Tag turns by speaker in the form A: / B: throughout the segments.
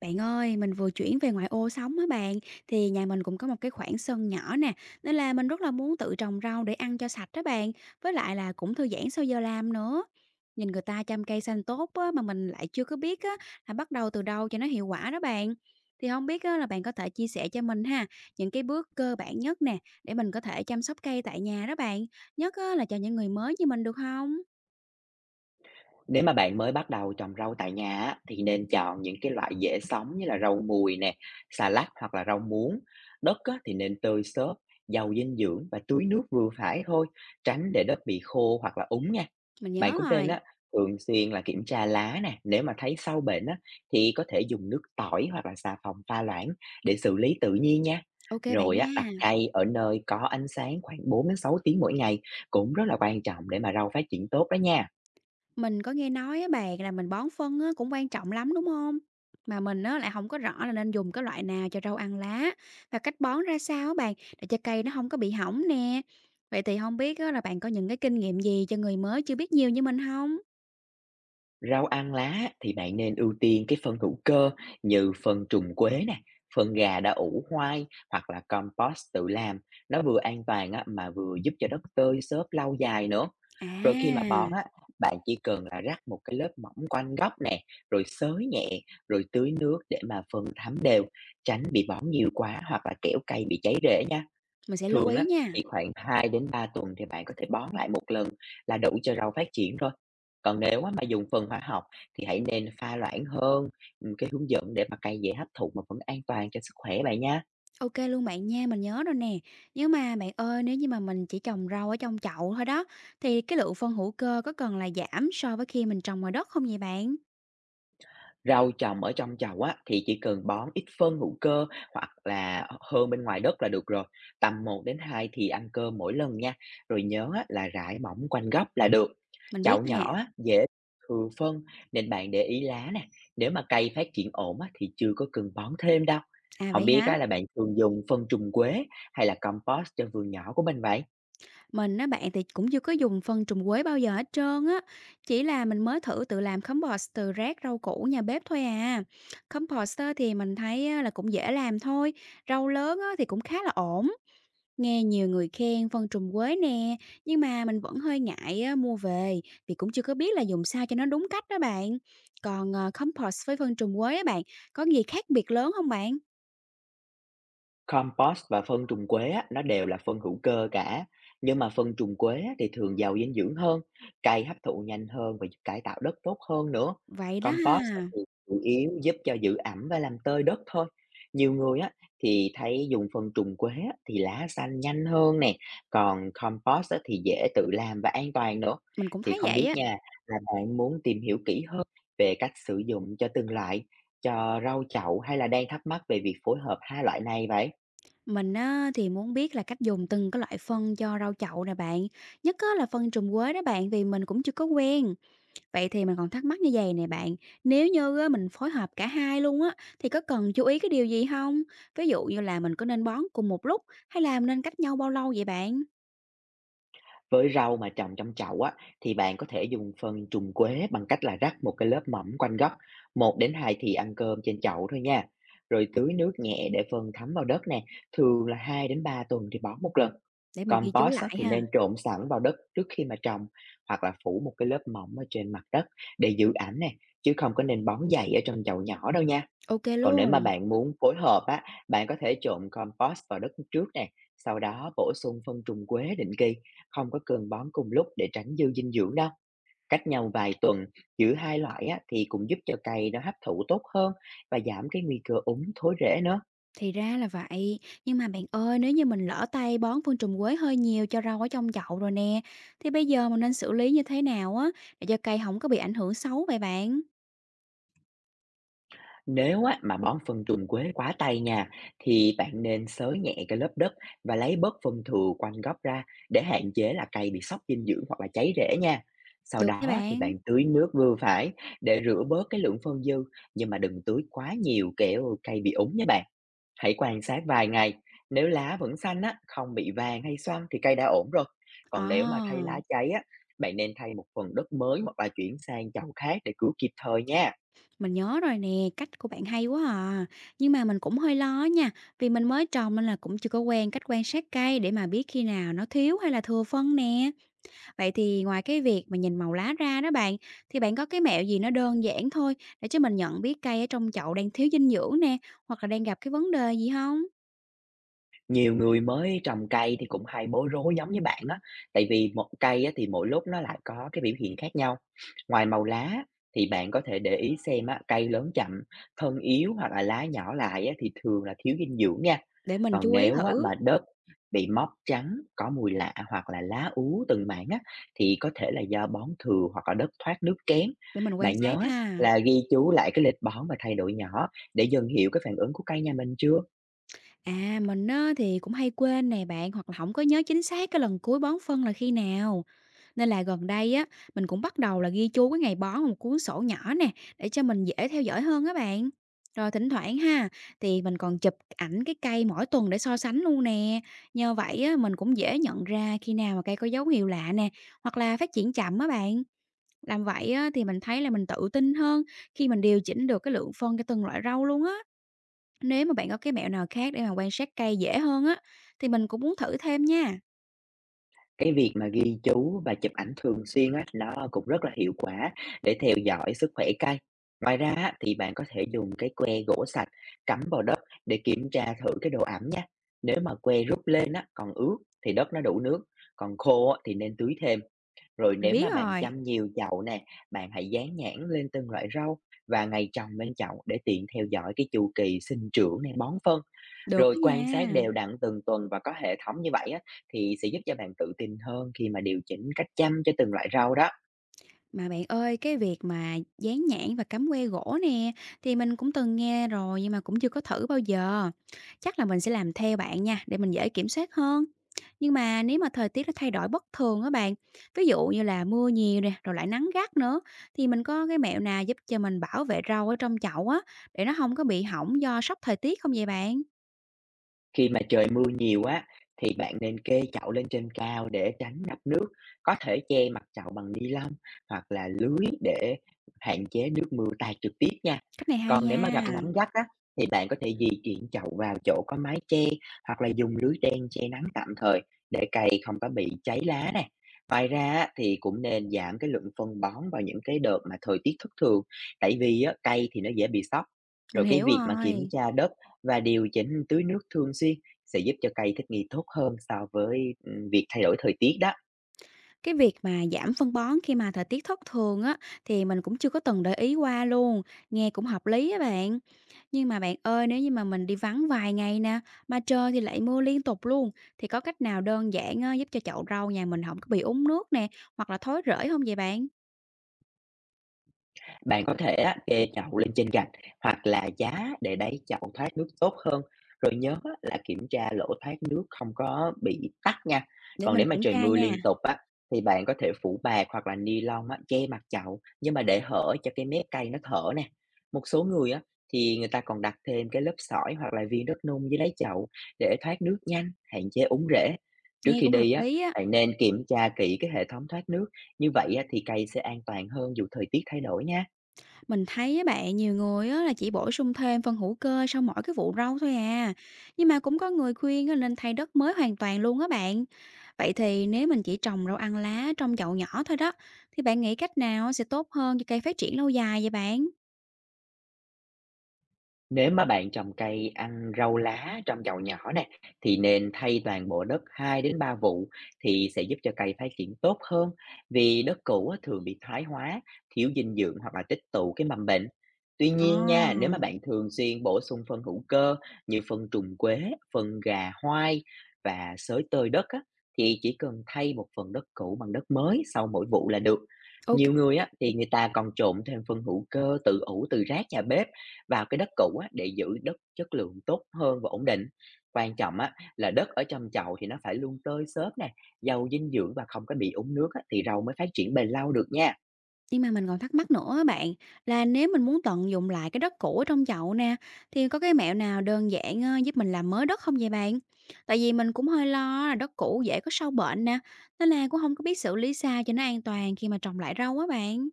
A: Bạn ơi, mình vừa chuyển về ngoại ô sống á bạn, thì nhà mình cũng có một cái khoảng sân nhỏ nè, nên là mình rất là muốn tự trồng rau để ăn cho sạch đó bạn, với lại là cũng thư giãn sau giờ làm nữa. Nhìn người ta chăm cây xanh tốt á, mà mình lại chưa có biết á, là bắt đầu từ đâu cho nó hiệu quả đó bạn. Thì không biết á, là bạn có thể chia sẻ cho mình ha, những cái bước cơ bản nhất nè, để mình có thể chăm sóc cây tại nhà đó bạn, nhất á, là cho những người mới như mình được không?
B: Nếu mà bạn mới bắt đầu trồng rau tại nhà á, thì nên chọn những cái loại dễ sống như là rau mùi nè, xà lách hoặc là rau muống. Đất á, thì nên tơi xốp, giàu dinh dưỡng và tưới nước vừa phải thôi, tránh để đất bị khô hoặc là úng nha.
A: Mình
B: Bạn
A: nhớ
B: cũng nên
A: rồi,
B: á, thường xuyên là kiểm tra lá nè, nếu mà thấy sâu bệnh á, thì có thể dùng nước tỏi hoặc là xà phòng pha loãng để xử lý tự nhiên nha.
A: ok bạn
B: Rồi á,
A: nha.
B: đặt cây ở nơi có ánh sáng khoảng 4 đến 6 tiếng mỗi ngày cũng rất là quan trọng để mà rau phát triển tốt đó nha.
A: Mình có nghe nói á bạn là mình bón phân á cũng quan trọng lắm, đúng không? Mà mình á lại không có rõ là nên dùng cái loại nào cho rau ăn lá và cách bón ra sao á bạn để cho cây nó không có bị hỏng nè. Vậy thì không biết á là bạn có những cái kinh nghiệm gì cho người mới chưa biết nhiều như mình không?
B: Rau ăn lá thì bạn nên ưu tiên cái phân hữu cơ như phân trùng quế nè, phân gà đã ủ hoai hoặc là compost tự làm. Nó vừa an toàn á, mà vừa giúp cho đất tơi xốp lâu dài nữa. Rồi khi mà
A: À,
B: bón á, bạn chỉ cần là rắc một cái lớp mỏng quanh gốc nè, rồi xới nhẹ, rồi tưới nước để mà phân thấm đều, tránh bị bón nhiều quá hoặc là kẻo cây bị cháy rễ nha.
A: mình sẽ lưu
B: Thường
A: ý
B: á, thì
A: nha.
B: khoảng 2 đến 3 tuần thì bạn có thể bón lại một lần là đủ cho rau phát triển rồi. Còn nếu á mà dùng phân hóa học thì hãy nên pha loãng hơn, cái hướng dẫn để mà cây dễ hấp thụ mà vẫn an toàn cho sức khỏe bạn nha.
A: Ok luôn bạn nha, mình nhớ rồi nè. Nhưng mà bạn ơi, nếu như mà mình chỉ trồng rau ở trong chậu thôi đó, thì cái lượng phân hữu cơ có cần là giảm so với khi mình trồng ngoài đất không vậy bạn?
B: Rau trồng ở trong chậu á, thì chỉ cần bón ít phân hữu cơ hoặc là hơn bên ngoài đất là được rồi, tầm một đến hai thì ăn cơm mỗi lần nha, rồi nhớ á, là rải mỏng quanh gốc là được.
A: Mình biết
B: Chậu
A: rồi nè.
B: nhỏ á, dễ thừa phân nên bạn để ý lá nè, nếu mà cây phát triển ổn á, thì chưa có cần bón thêm đâu.
A: À,
B: Không
A: vậy
B: biết
A: hả?
B: á, là bạn thường dùng phân trùng quế hay là compost cho vườn nhỏ của mình vậy?
A: Mình á bạn thì cũng chưa có dùng phân trùng quế bao giờ hết trơn á, chỉ là mình mới thử tự làm compost từ rác rau củ nhà bếp thôi à. Compost á thì mình thấy á là cũng dễ làm thôi, rau lớn á thì cũng khá là ổn. Nghe nhiều người khen phân trùng quế nè, nhưng mà mình vẫn hơi ngại á mua về vì cũng chưa có biết là dùng sao cho nó đúng cách đó bạn. Còn, compost với phân trùng quế á bạn, có gì khác biệt lớn không bạn?
B: Compost và phân trùng quế á, nó đều là phân hữu cơ cả, nhưng mà phân trùng quế á, thì thường giàu dinh dưỡng hơn, cây hấp thụ nhanh hơn và giúp cải tạo đất tốt hơn nữa.
A: Vậy đó
B: Compost
A: ha,
B: thì chủ yếu giúp cho giữ ẩm và làm tơi đất thôi. Nhiều người á thì thấy dùng phân trùng quế á, thì lá xanh nhanh hơn nè, còn compost á, thì dễ tự làm và an toàn nữa.
A: mình cũng
B: Thì
A: thấy
B: không
A: vậy
B: biết
A: á.
B: nha, là bạn muốn tìm hiểu kỹ hơn về cách sử dụng cho từng loại cho rau chậu hay là đang thắc mắc về việc phối hợp hai loại này vậy?
A: Mình á, thì muốn biết là cách dùng từng cái loại phân cho rau chậu nè bạn. Nhất á, là phân trùm quế đó bạn vì mình cũng chưa có quen. Vậy thì mình còn thắc mắc như vậy nè bạn. Nếu như á, mình phối hợp cả hai luôn á thì có cần chú ý cái điều gì không? Ví dụ như là mình có nên bón cùng một lúc hay là mình nên cách nhau bao lâu vậy bạn?
B: Với rau mà trồng trong chậu á, thì bạn có thể dùng phân trùn quế bằng cách là rắc một cái lớp mỏng quanh gốc, 1 đến 2 thìa ăn cơm trên chậu thôi nha. Rồi tưới nước nhẹ để phân thấm vào đất nè, thường là 2 đến 3 tuần thì bón một lần.
A: Để mình ghi chú
B: Compost á,
A: lại
B: thì
A: ha.
B: nên trộn sẵn vào đất trước khi mà trồng hoặc là phủ một cái lớp mỏng ở trên mặt đất để giữ ẩm nè, chứ không có nên bón dày ở trong chậu nhỏ đâu nha.
A: Ok
B: Còn nếu mà
A: luôn.
B: bạn muốn phối hợp á, bạn có thể trộn compost vào đất trước nè, sau đó bổ sung phân trùng quế định kỳ, không có cần bón cùng lúc để tránh dư dinh dưỡng đâu. Cách nhau vài tuần, giữ hai loại á, thì cũng giúp cho cây nó hấp thụ tốt hơn và giảm cái nguy cơ úng thối rễ nữa.
A: Thì ra là vậy, nhưng mà bạn ơi, nếu như mình lỡ tay bón phân trùng quế hơi nhiều cho rau ở trong chậu rồi nè, thì bây giờ mình nên xử lý như thế nào á để cho cây không có bị ảnh hưởng xấu vậy bạn?
B: Nếu á, mà bón phân trùn quế quá tay nha, thì bạn nên xới nhẹ cái lớp đất và lấy bớt phân thừa quanh gốc ra để hạn chế là cây bị sốc dinh dưỡng hoặc là cháy rễ nha. Sau
A: Được nha
B: đó thì
A: bạn.
B: bạn tưới nước vừa phải để rửa bớt cái lượng phân dư, nhưng mà đừng tưới quá nhiều kẻo cây bị úng nha bạn. Hãy quan sát vài ngày, nếu lá vẫn xanh á, không bị vàng hay xoăn thì cây đã ổn rồi. Còn nếu mà thay
A: À,
B: lá cháy á, bạn nên thay một phần đất mới hoặc là chuyển sang chậu khác để cứu kịp thời nha.
A: mình nhớ rồi nè, cách của bạn hay quá à. Nhưng mà mình cũng hơi lo nha, vì mình mới trồng nên là cũng chưa có quen cách quan sát cây để mà biết khi nào nó thiếu hay là thừa phân nè. Vậy thì ngoài cái việc mà nhìn màu lá ra đó bạn, thì bạn có cái mẹo gì nó đơn giản thôi để cho mình nhận biết cây ở trong chậu đang thiếu dinh dưỡng nè, hoặc là đang gặp cái vấn đề gì không?
B: Nhiều người mới trồng cây thì cũng hay bối rối giống như bạn á, tại vì một cây á, thì mỗi lúc nó lại có cái biểu hiện khác nhau. Ngoài màu lá thì bạn có thể để ý xem á, cây lớn chậm, thân yếu hoặc là lá nhỏ lại á, thì thường là thiếu dinh dưỡng nha.
A: Để mình
B: Còn
A: chú ý
B: nếu á,
A: thử,
B: mà đất bị mốc trắng, có mùi lạ hoặc là lá úa từng mảng á, thì có thể là do bón thừa hoặc là đất thoát nước kém.
A: để mình quan
B: Bạn
A: sát
B: nhớ á,
A: ha.
B: là ghi chú lại cái lịch bón và thay đổi nhỏ để dần hiểu cái phản ứng của cây nhà mình chưa?
A: À, mình á thì cũng hay quên nè bạn, hoặc là không có nhớ chính xác cái lần cuối bón phân là khi nào. Nên là gần đây á, mình cũng bắt đầu là ghi chú cái ngày bón vào một cuốn sổ nhỏ nè, để cho mình dễ theo dõi hơn á bạn. Rồi thỉnh thoảng ha, thì mình còn chụp ảnh cái cây mỗi tuần để so sánh luôn nè. Nhờ vậy á, mình cũng dễ nhận ra khi nào mà cây có dấu hiệu lạ nè, hoặc là phát triển chậm á bạn. Làm vậy á, thì mình thấy là mình tự tin hơn khi mình điều chỉnh được cái lượng phân cho từng loại rau luôn á. Nếu mà bạn có cái mẹo nào khác để mà quan sát cây dễ hơn á, thì mình cũng muốn thử thêm nha.
B: Cái việc mà ghi chú và chụp ảnh thường xuyên á, nó cũng rất là hiệu quả để theo dõi sức khỏe cây. Ngoài ra á, thì bạn có thể dùng cái que gỗ sạch cắm vào đất để kiểm tra thử cái độ ẩm nha. Nếu mà que rút lên á, còn ướt thì đất nó đủ nước, còn khô á, thì nên tưới thêm. Rồi
A: Mình
B: nếu
A: biết
B: mà bạn
A: rồi,
B: chăm nhiều chậu nè, bạn hãy dán nhãn lên từng loại rau và ngày trồng lên chậu để tiện theo dõi cái chu kỳ sinh trưởng này, bón phân.
A: được
B: Rồi
A: đó
B: quan sát
A: nha.
B: đều đặn từng tuần và có hệ thống như vậy á, thì sẽ giúp cho bạn tự tin hơn khi mà điều chỉnh cách chăm cho từng loại rau đó.
A: Mà bạn ơi, cái việc mà dán nhãn và cắm que gỗ nè, thì mình cũng từng nghe rồi nhưng mà cũng chưa có thử bao giờ. Chắc là mình sẽ làm theo bạn nha, để mình dễ kiểm soát hơn. Nhưng mà nếu mà thời tiết nó thay đổi bất thường á bạn, ví dụ như là mưa nhiều nè, rồi lại nắng gắt nữa, thì mình có cái mẹo nào giúp cho mình bảo vệ rau ở trong chậu á, để nó không có bị hỏng do sốc thời tiết không vậy bạn?
B: Khi mà trời mưa nhiều á, thì bạn nên kê chậu lên trên cao để tránh ngập nước, có thể che mặt chậu bằng ni lông hoặc là lưới để hạn chế nước mưa tạt trực tiếp nha.
A: Cách này hay
B: Còn nếu mà
A: nha,
B: gặp nắng gắt á, thì bạn có thể di chuyển chậu vào chỗ có mái che hoặc là dùng lưới đen che nắng tạm thời để cây không có bị cháy lá nè. Ngoài ra á, thì cũng nên giảm cái lượng phân bón vào những cái đợt mà thời tiết thất thường, tại vì á, cây thì nó dễ bị sốc.
A: mình
B: Rồi cái
A: hiểu
B: việc mà kiểm
A: rồi.
B: tra đất và điều chỉnh tưới nước thường xuyên sẽ giúp cho cây thích nghi tốt hơn so với, việc thay đổi thời tiết đó.
A: Cái việc mà giảm phân bón khi mà thời tiết thất thường á, thì mình cũng chưa có từng để ý qua luôn, nghe cũng hợp lý á bạn. Nhưng mà bạn ơi, nếu như mà mình đi vắng vài ngày nè, mà trời thì lại mưa liên tục luôn, thì có cách nào đơn giản á, giúp cho chậu rau nhà mình không có bị úng nước nè, hoặc là thối rễ không vậy bạn?
B: Bạn có thể á, kê chậu lên trên gạch hoặc là giá để đáy chậu thoát nước tốt hơn. Rồi nhớ á, là kiểm tra lỗ thoát nước không có bị tắc nha.
A: Để
B: Còn
A: mình
B: nếu mà
A: kiểm
B: trời
A: tra
B: mưa
A: nha,
B: liên tục á, thì bạn có thể phủ bạt hoặc là ni lông á, che mặt chậu nhưng mà để hở cho cái mép cây nó thở nè. Một số người á, thì người ta còn đặt thêm cái lớp sỏi hoặc là viên đất nung dưới đáy chậu để thoát nước nhanh, hạn chế úng rễ. Trước
A: nghe
B: khi
A: cũng hợp
B: đi á,
A: lý á.
B: bạn nên kiểm tra kỹ cái hệ thống thoát nước. Như vậy á, thì cây sẽ an toàn hơn dù thời tiết thay đổi nha.
A: Mình thấy á bạn, nhiều người á là chỉ bổ sung thêm phân hữu cơ sau mỗi cái vụ rau thôi à. Nhưng mà cũng có người khuyên á nên thay đất mới hoàn toàn luôn á bạn. Vậy thì nếu mình chỉ trồng rau ăn lá trong chậu nhỏ thôi đó, thì bạn nghĩ cách nào sẽ tốt hơn cho cây phát triển lâu dài vậy bạn?
B: Nếu mà bạn trồng cây ăn rau lá trong chậu nhỏ nè, thì nên thay toàn bộ đất 2 đến 3 vụ thì sẽ giúp cho cây phát triển tốt hơn. Vì đất cũ á, thường bị thoái hóa, thiếu dinh dưỡng hoặc là tích tụ cái mầm bệnh. Tuy
A: Ồ,
B: nhiên nha, nếu mà bạn thường xuyên bổ sung phân hữu cơ như phân trùng quế, phân gà hoai và xới tơi đất á, thì chỉ cần thay một phần đất cũ bằng đất mới sau mỗi vụ là được.
A: ok.
B: Nhiều người á, thì người ta còn trộn thêm phân hữu cơ tự ủ từ rác nhà bếp vào cái đất cũ á, để giữ đất chất lượng tốt hơn và ổn định. Quan trọng á, là đất ở trong chậu thì nó phải luôn tơi xốp nè, giàu dinh dưỡng và không có bị úng nước á, thì rau mới phát triển bền lâu được nha.
A: Nhưng mà mình còn thắc mắc nữa á bạn, là nếu mình muốn tận dụng lại cái đất cũ ở trong chậu nè, thì có cái mẹo nào đơn giản giúp mình làm mới đất không vậy bạn? Tại vì mình cũng hơi lo là đất cũ dễ có sâu bệnh nè, nên là cũng không có biết xử lý sao cho nó an toàn khi mà trồng lại rau á bạn.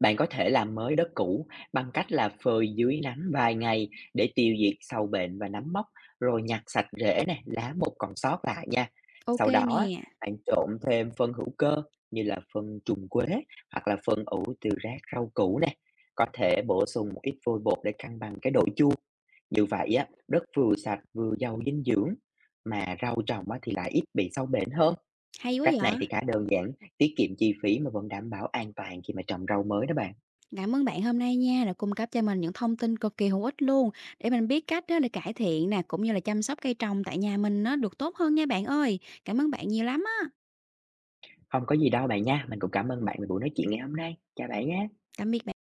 B: Bạn có thể làm mới đất cũ bằng cách là phơi dưới nắng vài ngày để tiêu diệt sâu bệnh và nấm mốc, rồi nhặt sạch rễ nè, lá mục còn sót lại nha.
A: Ok
B: Sau đó
A: nè,
B: á, bạn trộn thêm phân hữu cơ như là phân trùng quế hoặc là phân ủ từ rác rau củ nè. Có thể bổ sung một ít vôi bột để cân bằng cái độ chua. Như vậy á, đất vừa sạch vừa giàu dinh dưỡng mà rau trồng á thì lại ít bị sâu bệnh hơn.
A: hay quá
B: Cách
A: vậy.
B: này thì khá đơn giản, tiết kiệm chi phí mà vẫn đảm bảo an toàn khi mà trồng rau mới đó bạn.
A: Cảm ơn bạn hôm nay nha đã cung cấp cho mình những thông tin cực kỳ hữu ích luôn để mình biết cách đó để cải thiện nè cũng như là chăm sóc cây trồng tại nhà mình nó được tốt hơn nha bạn ơi. Cảm ơn bạn nhiều lắm á.
B: Không có gì đâu bạn nha, mình cũng cảm ơn bạn về buổi nói chuyện ngày hôm nay. Chào bạn nhé.
A: Tạm biệt.